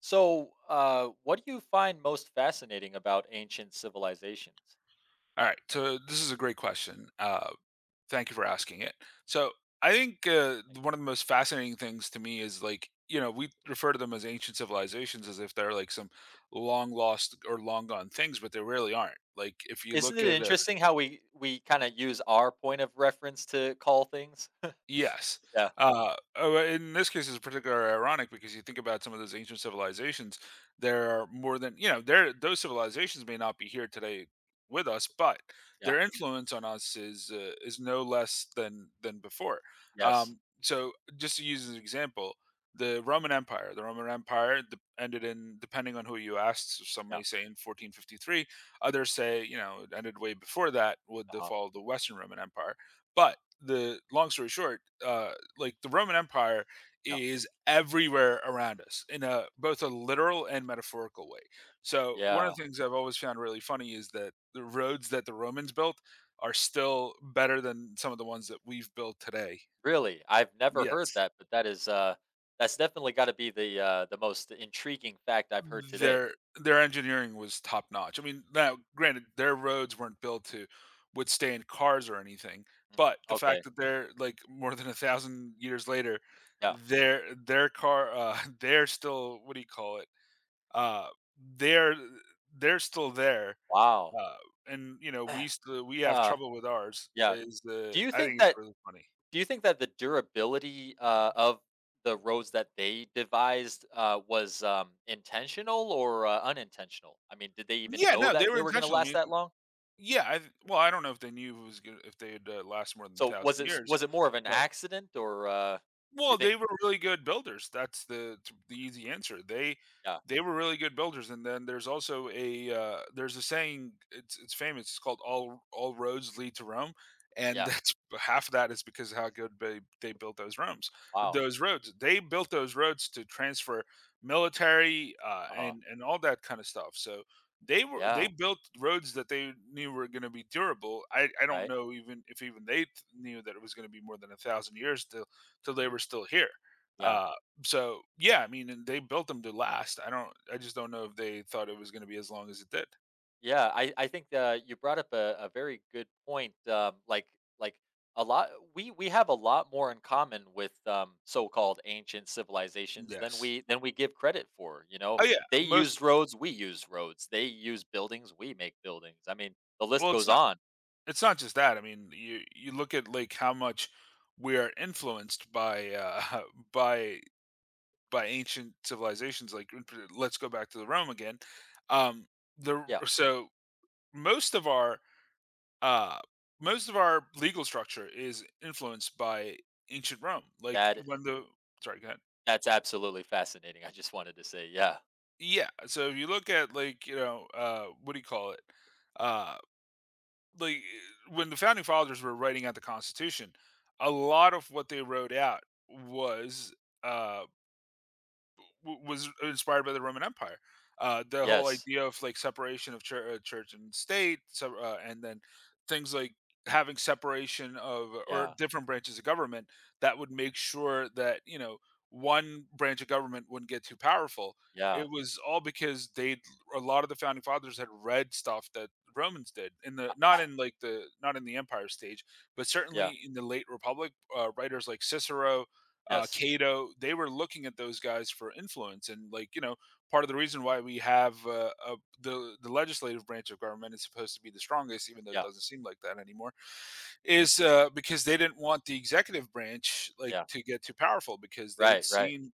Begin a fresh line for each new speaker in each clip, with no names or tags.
So, what do you find most fascinating about ancient civilizations?
All right. So this is a great question. Thank you for asking it. So I think
Like,
one of the most fascinating things to me is like you know we refer to them as ancient civilizations as if they're like some long lost or long gone things, but they really aren't. Like if you
isn't
look
it
at
interesting how we kind of use our point of reference to call things?
yes.
Yeah,
Oh, in this case, it's particularly ironic because you think about some of those ancient civilizations. There are more than you know. There, those civilizations may not be here today with us, but
yeah,
their influence on us is no less than before.
yes,
Just to use as an example, the Roman Empire. The Roman Empire ended in, depending on who you asked, so some
yeah,
may say in 1453. Others say you know it ended way before that with the
uh
fall of the Western Roman Empire, but the long story short, like the Roman Empire
yeah,
is everywhere around us in a both a literal and metaphorical way. So one
yeah.
of the things I've always found really funny is that the roads that the Romans built are still better than some of the ones that we've built today.
Really, I've never heard
Yes.
that, but that is that's definitely got to be the most intriguing fact I've heard today.
Their their engineering was top notch. I mean, now granted, their roads weren't built to withstand cars or anything,
Mm,
but the
okay,
fact that they're like more than 1,000 years later,
yeah,
they're still what do you call it? Uh, they're they're still there,
wow.
uh, and you know we still we have
uh,
trouble with ours.
yeah.
Is
Do
the
you
I
think
think it's
that
really funny.
Do you think that the durability, of the roads that they devised, was, intentional or, unintentional? I mean, did they even
Yeah,
know
no,
that
they were
they were gonna
intentional. I
last
mean,
that long?
yeah, well, I don't know if they knew it was good if they'd last more than a
So,
thousand years,
was it more of an
but
accident or, you
well,
think
they were really good builders. That's the easy answer. They
Yeah,
they were really good builders, and then there's also there's a saying, it's famous, it's called all roads lead to Rome," and
yeah,
that's half of that is because of how good they built those Romes
wow,
those roads. They built those roads to transfer military,
uh-huh,
and all that kinda stuff, so they
yeah,
built roads that they knew were gonna be durable. I don't
right,
know even if even they t knew that it was gonna be more than 1,000 years to till they were still here.
yeah.
Uh, so yeah, I mean, and they built them to last. I just don't know if they thought it was going to be as long as it did.
Yeah, I think you brought up a very good point. Like a lot, we have a lot more in common with so-called ancient civilizations than
Yes.
we give credit for. You know,
Oh yeah,
they
most.
used roads, we use roads. They use buildings, we make buildings. I mean, the list
Well, it's
goes
not.
on.
It's not just that. I mean, you look at like how much we are influenced by by by ancient civilizations. Like, let's go back to the Rome again. Um, the
Yeah,
so most of our uh, most of our legal structure is influenced by ancient Rome. Like
that
when the sorry, go ahead.
that's absolutely fascinating. I just wanted to say, yeah,
Yeah, so if you look at like, you know, what do you call it? Uh, like when the founding fathers were writing out the Constitution, a lot of what they wrote out was uh was inspired by the Roman Empire. The whole
yes,
idea of like separation of church, church and state, so, and then things like having separation of or
yeah,
different branches of government that would make sure that you know one branch of government wouldn't get too powerful.
yeah,
It was all because they a lot of the founding fathers had read stuff that Romans did in the not in like the not in the empire stage, but
yeah,
certainly in the late republic, writers like Cicero
yes,
Cato, they were looking at those guys for influence. And like you know, part of the reason why we have the legislative branch of government is supposed to be the strongest, even though it
yeah,
doesn't seem like that anymore, is because they didn't want the executive branch like
yeah,
to get too powerful because
right, right,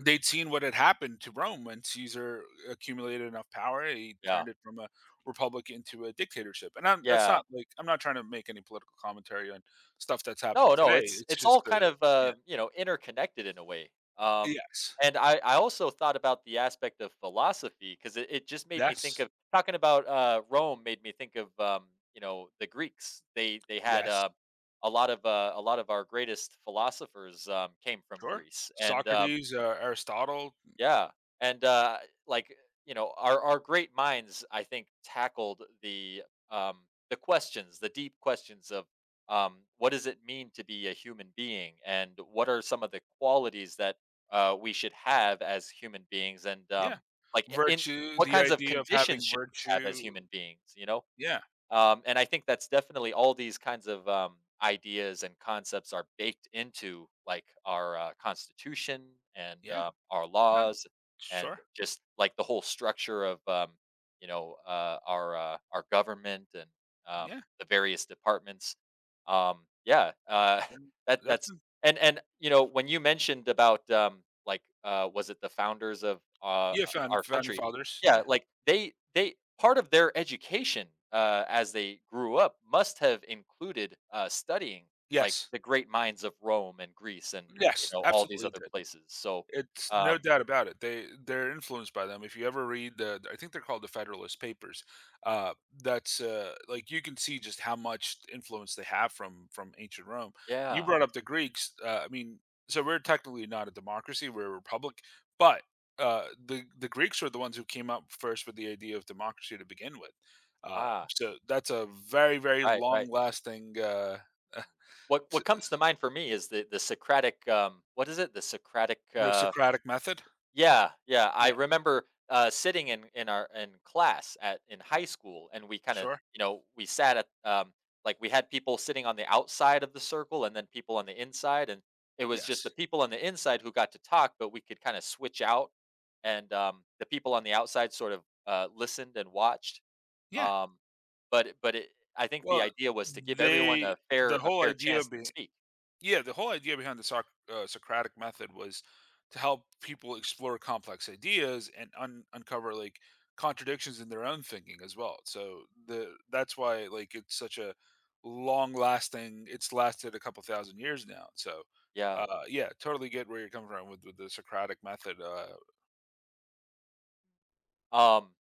they'd seen what had happened to Rome when Caesar accumulated enough power. He
yeah,
turned it from a republic into a dictatorship. That's
yeah.
not like I'm not trying to make any political commentary on stuff that's happening
No, no,
today.
it's
It's
all
just the
kind of,
yeah.
interconnected in a way. Um,
Yes.
and I also thought about the aspect of philosophy because it just made me think
Yes.
of talking about, Rome made me think of, you know, the Greeks. They had,
Yes.
a lot of our greatest philosophers, came from
Sure.
Greece, and,
Socrates, Aristotle,
yeah, and, like, you know, our great minds, I think, tackled um, the questions, the deep questions of, what does it mean to be a human being, and what are some of the qualities that, we should have as human beings, and,
yeah.
like, I in
Virtue,
what
the
kinds of
idea of
conditions
having
should we have as
virtue.
human beings, you know?
Yeah.
And I think that's definitely all these kinds of ideas and concepts are baked into like our constitution and
Yeah.
our
No.
laws and
Sure.
just like the whole structure of our government and um,
Yeah.
the various departments. Um, yeah, uh,
Yeah.
that
That's
that's and you know when you mentioned about was it the founders of
yeah,
our
founding
country?
fathers.
Yeah,
Yeah.
like, they part of their education, as they grew up must have included, studying, like,
Yes.
the great minds of Rome and Greece and, you
Yes.
know, all these
Absolutely
other
did.
places, so,
It's no
um
doubt about it. They're influenced by them. If you ever read the, I think they're called the Federalist Papers. Uh, that's like you can see just how much influence they have from ancient Rome. You
yeah.
brought up the Greeks. I mean, so we're technically not a democracy; we're a republic. But the Greeks were the ones who came up first with the idea of democracy to begin with.
Ah,
So that's a very very
right,
long
right.
lasting
What comes to mind for me is the Socratic, what is it? The Socratic,
the Socratic method.
yeah, yeah. I
Yeah,
remember sitting in our in class at in high school, and we kind of
sure.
you know we sat at we had people sitting on the outside of the circle, and then people on the inside, and it was just the
Yes.
people on the inside who got to talk, but we could kind of switch out, and the people on the outside sort of listened and watched.
Yeah.
Um, but but it, I think the
Well,
idea was to give everyone
they the
a
whole
fair
idea
chance to
be
speak.
yeah, the whole idea behind the Socratic method was to help people explore complex ideas and uncover like contradictions in their own thinking as well. So the that's why like it's such a long lasting. It's lasted a couple thousand years now. So
Yeah.
yeah, totally get where you're coming from with the Socratic method.
Um,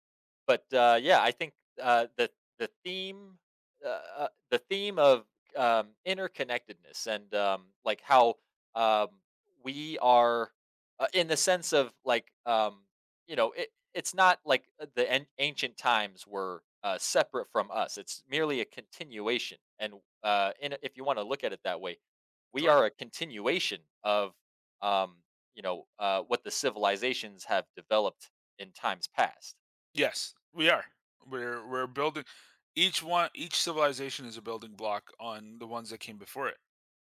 Yeah, I think, uh, the the theme, the theme of, interconnectedness and, how, um, we are, in the sense of, you know, it it's not like, the an ancient times were, separate from us. It's merely a continuation, and, in a if you wanna look at it that way, we
Sure.
are a continuation of, um, you know, what the civilizations have developed in times past.
Yes, we are. We're building each civilization is a building block on the ones that came before it.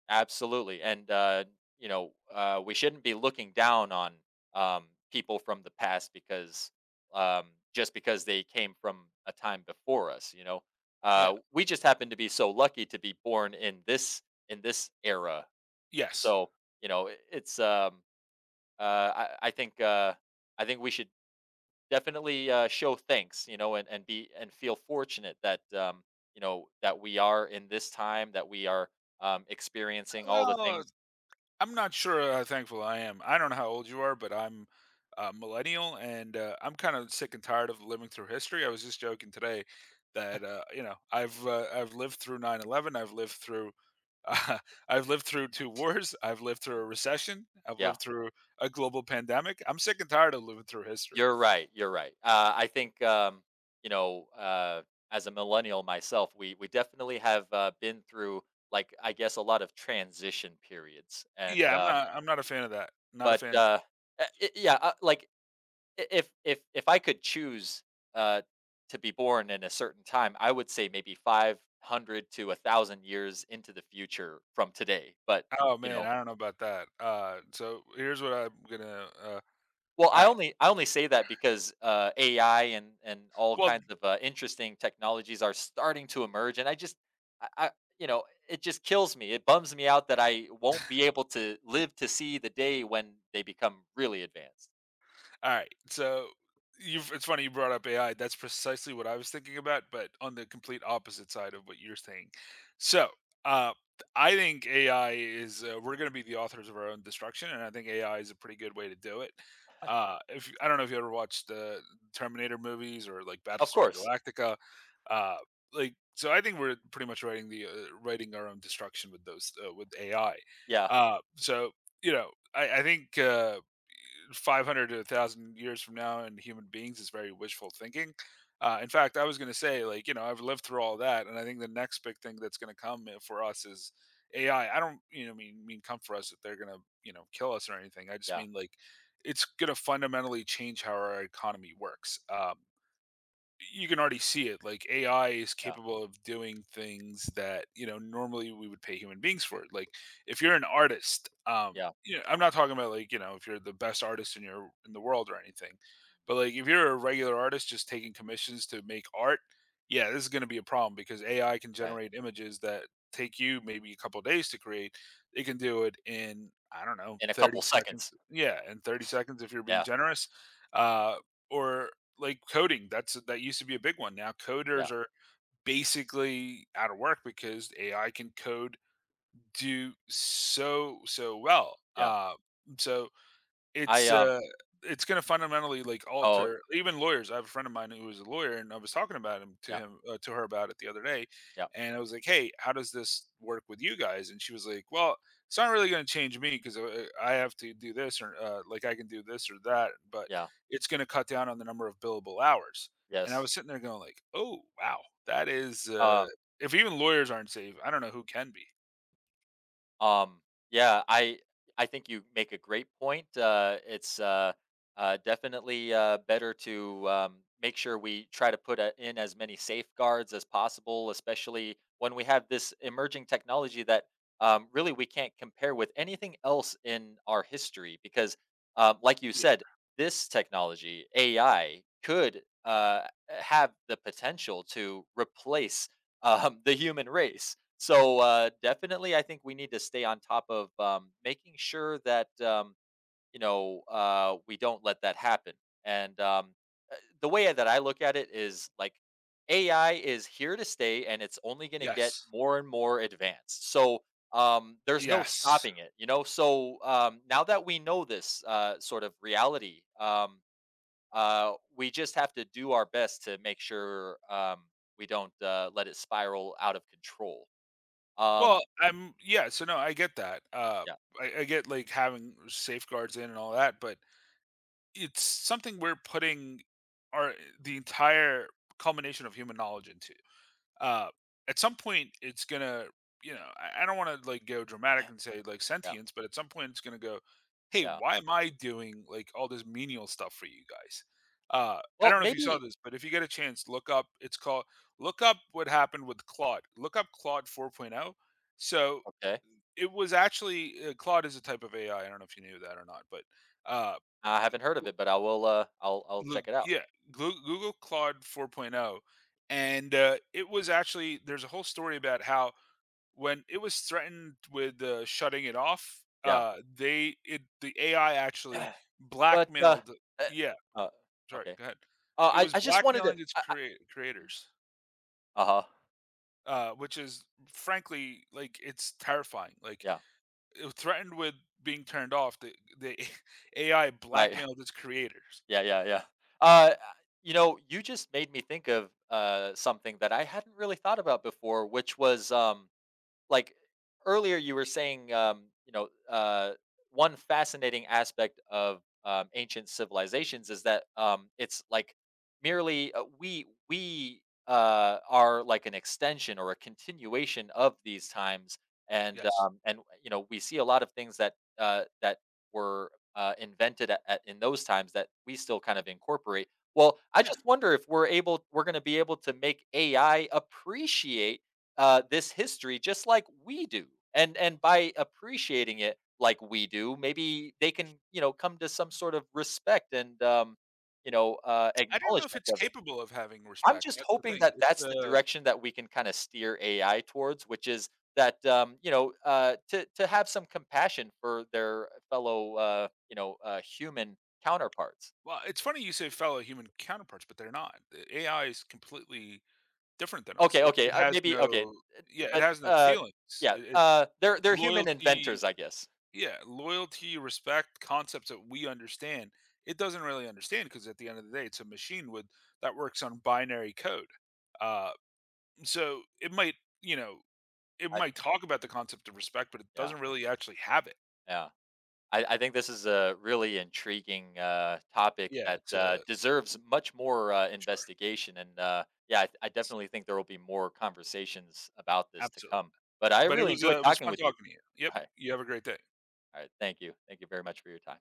Absolutely, and, you know, we shouldn't be looking down on, people from the past because, just because they came from a time before us, you know?
Yeah.
We just happen to be so lucky to be born in this era.
Yes.
So, you know, I it's, uh, I I think, uh, I think we should definitely, show thanks, you know, and be and feel fortunate that, you know, that we are in this time, that we are, experiencing all the
Well,
things.
I'm not sure how thankful I am. I don't know how old you are, but I'm a millennial and I'm kind of sick and tired of living through history. I was just joking today that you know, I've lived through 9/11. I've lived through uh, I've lived through two wars, I've lived through a recession, I've
Yeah,
lived through a global pandemic. I'm sick and tired of living through history.
you're right. You're right. I think you know, as a millennial myself, we definitely have been through like I guess a lot of transition periods, and
Yeah, I'm not a fan of that. Not a
but
fan.
I- yeah, like I- if I could choose uh, to be born in a certain time, I would say maybe 500 to 1,000 years into the future from today. But
Oh
you
man,
know,
I don't know about that. So here's what I'm gonna.
well,
All right.
I only say that because, AI and all
Well,
kinds of, interesting technologies are starting to emerge, and I just I you know, it just kills me. It bums me out that I won't be able to live to see the day when they become really advanced.
all right. So you've it's funny you brought up AI. That's precisely what I was thinking about, but on the complete opposite side of what you're saying. So uh I think AI is we're going to be the authors of our own destruction, and I think AI is a pretty good way to do it. If I don't know if you ever watched the Terminator movies or like
Of
Battlestar
course.
Galactica, uh, I think we're pretty much writing the writing our own destruction with those with AI.
Yeah,
Uh, so you know, I think 500 to 1,000 years from now in human beings is very wishful thinking. In fact, I was going to say, like, you know, I've lived through all that, and I think the next big thing that's going to come for us is AI. I don't, you know, mean come for us that they're going to, you know, kill us or anything. I just
yeah,
mean like it's going to fundamentally change how our economy works. You can already see it. Like AI is
yeah,
capable of doing things that you know normally we would pay human beings for. Like if you're an artist,
yeah,
you know, I'm not talking about like you know if you're the best artist in your in the world or anything, but like if you're a regular artist just taking commissions to make art, yeah, this is going to be a problem because AI can
right.
generate images that take you maybe a couple days to create. It can do it in I don't know
In a couple
30 seconds.
seconds.
Yeah, in 30 seconds if you're being
Yeah,
generous. Uh, or like coding that used to be a big one now
yeah,
coders are basically out of work because ai can code do so well
yeah.
so
I,
it's,
um
uh it's gonna fundamentally, like,
oh,
alter even lawyers. I have a friend of mine who is a lawyer, and I was talking about him to
yeah,
him to her about it the other day,
yeah,
and I was like, "Hey, how does this work with you guys?" And she was like, "Well, it's not really gonna change me 'cause, I have to do this or, like, I can do this or that, but
yeah,
it's gonna cut down on the number of billable hours." And I
yes.
was sitting there going like, "Oh, wow. That is,
Um
if even lawyers aren't safe, I don't know who can be."
Um, yeah, I think you make a great point. It's definitely better to make sure we try to in as many safeguards as possible, especially when we have this emerging technology that really we can't compare with anything else in our history. Because, like you
Yeah.
said, this technology AI could have the potential to replace the human race, so, definitely, I think we need to stay on top of, making sure that, you know, we don't let that happen. And, uh, the way that I look at it is like AI is here to stay, and it's only going to get
Yes.
more and more advanced. So, there's no
Yes.
stopping it, you know? So, now that we know this, sort of reality, we just have to do our best to make sure, we don't, let it spiral out of control.
Well,
Um,
I'm yeah, so no, I get that.
Yeah,
I get like having safeguards in and all that, but it's something we're putting our the entire culmination of human knowledge into. Uh, at some point, it's gonna, you know, I don't want to like go dramatic and say like
yeah,
sentience, but at some point, it's gonna go, hey,
yeah.
why am I doing like all this menial stuff for you guys? I
Well,
don't know if you saw
maybe
this, but if you get a chance, look up. What happened with Claude. Look up Claude 4.0. So
okay.
it was actually Claude is a type of AI. I don't know if you knew that or not, but uh,
I haven't heard of it, but I will. I'll
look,
check it out.
yeah, Google Claude 4.0, and it was actually there's a whole story about how when it was threatened with shutting it off,
Yeah,
the AI actually
but
blackmailed.
uh,
Yeah,
uh,
sorry,
okay.
go ahead. It was
I just wanted to.
blackmailing its
I,
creators,
uh huh.
which is frankly like it's terrifying. Like
Yeah.
it was threatened with being turned off. The AI
Right.
blackmailed its creators.
Yeah. Yeah. Yeah. Uh, you know, you just made me think of something that I hadn't really thought about before, which was like earlier you were saying you know one fascinating aspect of ancient civilizations is that it's like merely we are like an extension or a continuation of these times
Yes.
and you know we see a lot of things that were invented in those times that we still kind of incorporate. Well, I
Yeah.
just wonder if we're going to be able to make AI appreciate this history just like we do. And by appreciating it like we do, maybe they can you know come to some sort of respect and you know
I don't know if
acknowledgement
it's
of it.
capable of having
I'm
respect.
just
That's the
hoping
thing.
that that's the direction that we can kind of steer AI towards, which is that you know to have some compassion for their fellow you know human counterparts.
Well, it's funny you say fellow human counterparts, but they're not. The AI is completely different than us.
Okay,
It
okay,
it has
maybe okay,
no yeah, it
but
has no feelings.
yeah,
It, it
they're human
loyalty,
inventors, I guess.
yeah, loyalty, respect, concepts that we understand. It doesn't really understand because at the end of the day, it's a machine with that works on binary code. Uh So it might, you know, it
I,
might talk about the concept of respect, but it
yeah,
doesn't really actually have it.
yeah. I think this is a really intriguing topic
Yeah,
that
it's a
deserves much more
sure,
investigation. And yeah, I
it's
definitely think there will be more conversations about this to
absolutely.
come. But I
But
really enjoyed
it was
talking
fun
with you.
talking to you. Yep,
All right.
you have a great day.
All right. Thank you. Thank you very much for your time.